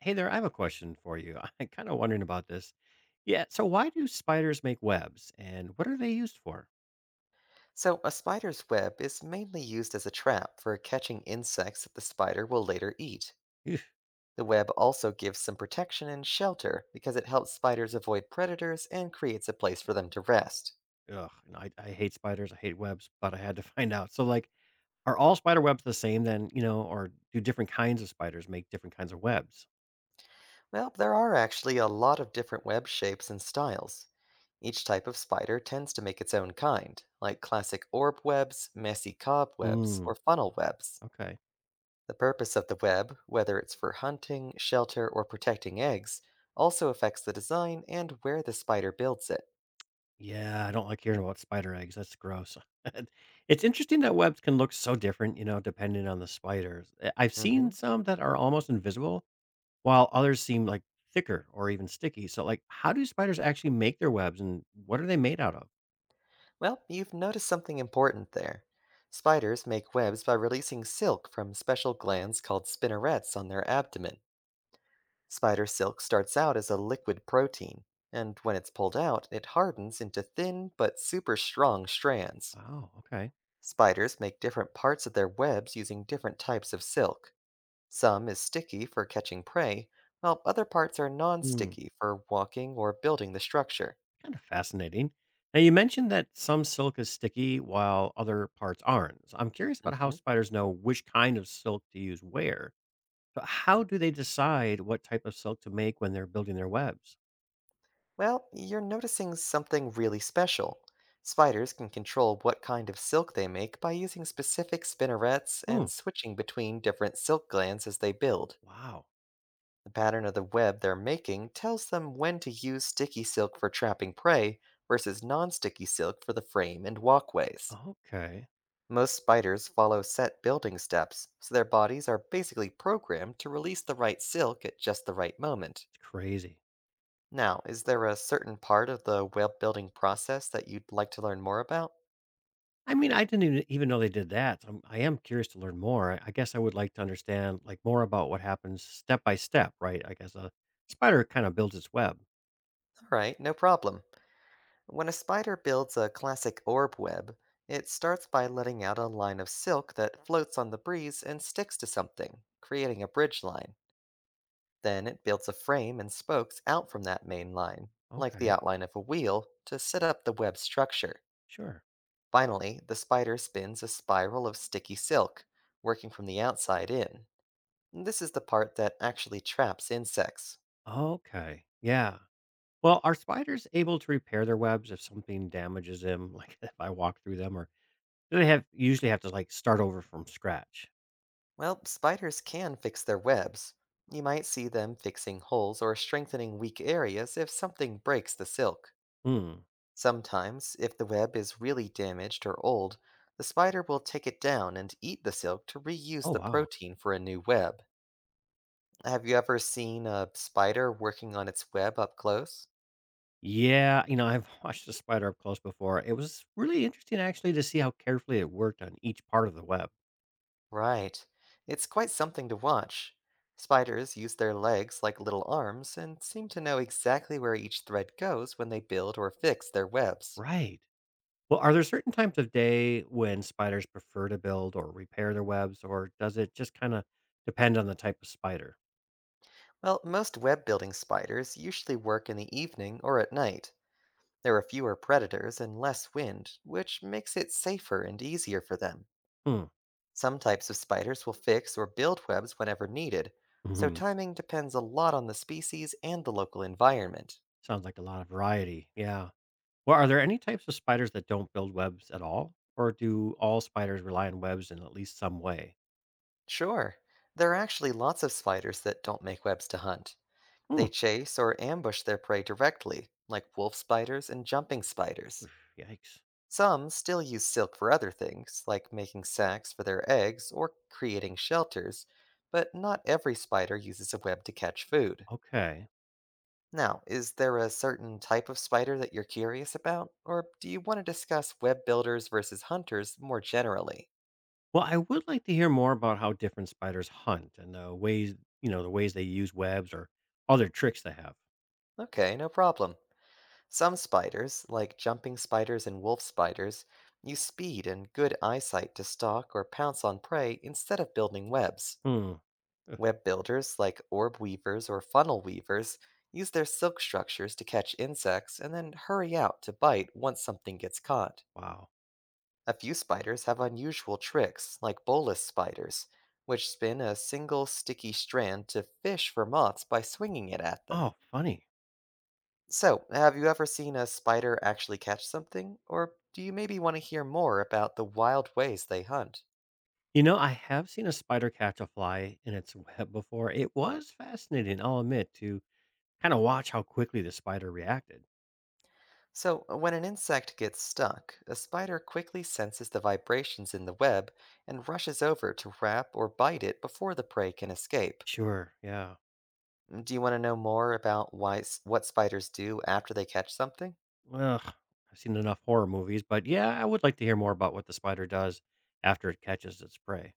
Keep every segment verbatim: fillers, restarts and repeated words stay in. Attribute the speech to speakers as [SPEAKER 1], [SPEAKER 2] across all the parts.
[SPEAKER 1] Hey there, I have a question for you. I'm kind of wondering about this. Yeah, so why do spiders make webs and what are they used for?
[SPEAKER 2] So, a spider's web is mainly used as a trap for catching insects that the spider will later eat.
[SPEAKER 1] Eugh,
[SPEAKER 2] The web also gives some protection and shelter because it helps spiders avoid predators and creates a place for them to rest.
[SPEAKER 1] ugh, and I, I hate spiders, I hate webs, but I had to find out. So, like, are all spider webs the same then, you know, or do different kinds of spiders make different kinds of webs?
[SPEAKER 2] Well, there are actually a lot of different web shapes and styles. Each type of spider tends to make its own kind, like classic orb webs, messy cobwebs, or
[SPEAKER 1] Mm,
[SPEAKER 2] funnel webs.
[SPEAKER 1] okay.
[SPEAKER 2] The purpose of the web, whether it's for hunting, shelter, or protecting eggs, also affects the design and where the spider builds it.
[SPEAKER 1] Yeah, I don't like hearing about spider eggs. That's gross. It's interesting that webs can look so different, you know, depending on the spiders. Uh, I've seen
[SPEAKER 2] Hmm.
[SPEAKER 1] some that are almost invisible while others seem like thicker or even sticky. So, like, how do spiders actually make their webs and what are they made out of?
[SPEAKER 2] Well, you've noticed something important there. Spiders make webs by releasing silk from special glands called spinnerets on their abdomen. Spider silk starts out as a liquid protein, and when it's pulled out, it hardens into thin but super strong strands.
[SPEAKER 1] Wow. Okay.
[SPEAKER 2] Spiders make different parts of their webs using different types of silk. Some is sticky for catching prey, while other parts are non
[SPEAKER 1] Hmm.
[SPEAKER 2] sticky for walking or building the structure.
[SPEAKER 1] Kind of fascinating. Now, you mentioned that some silk is sticky while other parts aren't. So I'm curious about how
[SPEAKER 2] Mhm.
[SPEAKER 1] spiders know which kind of silk to use where. But how do they decide what type of silk to make when they're building their webs?
[SPEAKER 2] Well, you're noticing something really special. Spiders can control what kind of silk they make by using specific spinnerets
[SPEAKER 1] Hmm.
[SPEAKER 2] and switching between different silk glands as they build.
[SPEAKER 1] Wow.
[SPEAKER 2] The pattern of the web they're making tells them when to use sticky silk for trapping prey versus non sticky silk for the frame and walkways.
[SPEAKER 1] Okay.
[SPEAKER 2] Most spiders follow set building steps, so their bodies are basically programmed to release the right silk at just the right moment.
[SPEAKER 1] It's crazy.
[SPEAKER 2] Now, is there a certain part of the web building process that you'd like to learn more about?
[SPEAKER 1] I mean, I didn't even even know they did that. So I'm, I am curious to learn more. I, I guess I would like to understand like more about what happens step by step, right? I guess a spider kind of builds its web.
[SPEAKER 2] Alright, no problem. When a spider builds a classic orb web, it starts by letting out a line of silk that floats on the breeze and sticks to something, creating a bridge line. Then it builds a frame and spokes out from that main line, like the
[SPEAKER 1] Okay,
[SPEAKER 2] outline of a wheel, to set up the web structure.
[SPEAKER 1] sure.
[SPEAKER 2] Finally, the spider spins a spiral of sticky silk, working from the outside in. This is the part that actually traps insects.
[SPEAKER 1] Okay, yeah. Well, are spiders able to repair their webs if something damages them, like if I walk through them, or do they have usually have to like start over from scratch?
[SPEAKER 2] Well, spiders can fix their webs. You might see them fixing holes or strengthening weak areas if something breaks the silk.
[SPEAKER 1] Hmm.
[SPEAKER 2] Sometimes, if the web is really damaged or old, the spider will take it down and eat the silk to reuse
[SPEAKER 1] Oh
[SPEAKER 2] the
[SPEAKER 1] wow.
[SPEAKER 2] protein for a new web. Have you ever seen a spider working on its web up close?
[SPEAKER 1] Yeah, you know, I've watched a spider up close before. It was really interesting actually to see how carefully it worked on each part of the web.
[SPEAKER 2] Right. It's quite something to watch. Spiders use their legs like little arms and seem to know exactly where each thread goes when they build or fix their webs.
[SPEAKER 1] Right. Well, are there certain times of day when spiders prefer to build or repair their webs, or does it just kind of depend on the type of spider?
[SPEAKER 2] Well, most web building spiders usually work in the evening or at night. There are fewer predators and less wind, which makes it safer and easier for them.
[SPEAKER 1] Hmm.
[SPEAKER 2] Some types of spiders will fix or build webs whenever needed, so
[SPEAKER 1] Hmm.
[SPEAKER 2] timing depends a lot on the species and the local environment.
[SPEAKER 1] Sounds like a lot of variety. Yeah. Well, are there any types of spiders that don't build webs at all, or do all spiders rely on webs in at least some way?
[SPEAKER 2] Sure. There are actually lots of spiders that don't make webs to hunt.
[SPEAKER 1] Hmm.
[SPEAKER 2] They chase or ambush their prey directly, like wolf spiders and jumping spiders.
[SPEAKER 1] Yikes.
[SPEAKER 2] Some still use silk for other things, like making sacks for their eggs or creating shelters, but not every spider uses a web to catch food.
[SPEAKER 1] Okay.
[SPEAKER 2] Now, is there a certain type of spider that you're curious about, or do you want to discuss web builders versus hunters more generally?
[SPEAKER 1] Well, I would like to hear more about how different spiders hunt and the ways, you know, the ways they use webs or other tricks they have.
[SPEAKER 2] Okay, no problem. Some spiders, like jumping spiders and wolf spiders, use speed and good eyesight to stalk or pounce on prey instead of building webs.
[SPEAKER 1] Hmm. Ugh,
[SPEAKER 2] Web builders, like orb weavers or funnel weavers, use their silk structures to catch insects and then hurry out to bite once something gets caught.
[SPEAKER 1] wow.
[SPEAKER 2] A few spiders have unusual tricks, like bolus spiders, which spin a single sticky strand to fish for moths by swinging it at them.
[SPEAKER 1] Oh, funny.
[SPEAKER 2] So, have you ever seen a spider actually catch something? Or do you maybe want to hear more about the wild ways they hunt?
[SPEAKER 1] You know, I have seen a spider catch a fly in its web before. It was fascinating, I'll admit, to kind of watch how quickly the spider reacted.
[SPEAKER 2] So, uh, when an insect gets stuck, a spider quickly senses the vibrations in the web and rushes over to wrap or bite it before the prey can escape.
[SPEAKER 1] Sure, yeah.
[SPEAKER 2] Mm, do you want to know more about why s- what spiders do after they catch something?
[SPEAKER 1] Well, I've seen enough horror movies, but yeah, I would like to hear more about what the spider does after it catches its prey.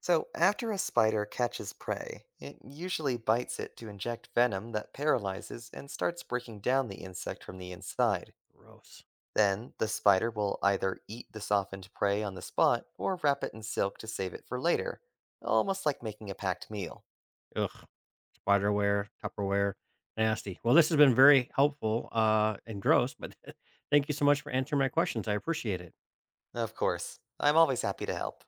[SPEAKER 2] So, after a spider catches prey, it usually bites it to inject venom that paralyzes and starts breaking down the insect from the inside.
[SPEAKER 1] Gross.
[SPEAKER 2] Then, the spider will either eat the softened prey on the spot or wrap it in silk to save it for later, almost like making a packed meal.
[SPEAKER 1] Ugh. Spiderware, Tupperware, nasty. Well, this has been very helpful uh, and gross, but thank you so much for answering my questions. I appreciate it.
[SPEAKER 2] Of course, I'm always happy to help.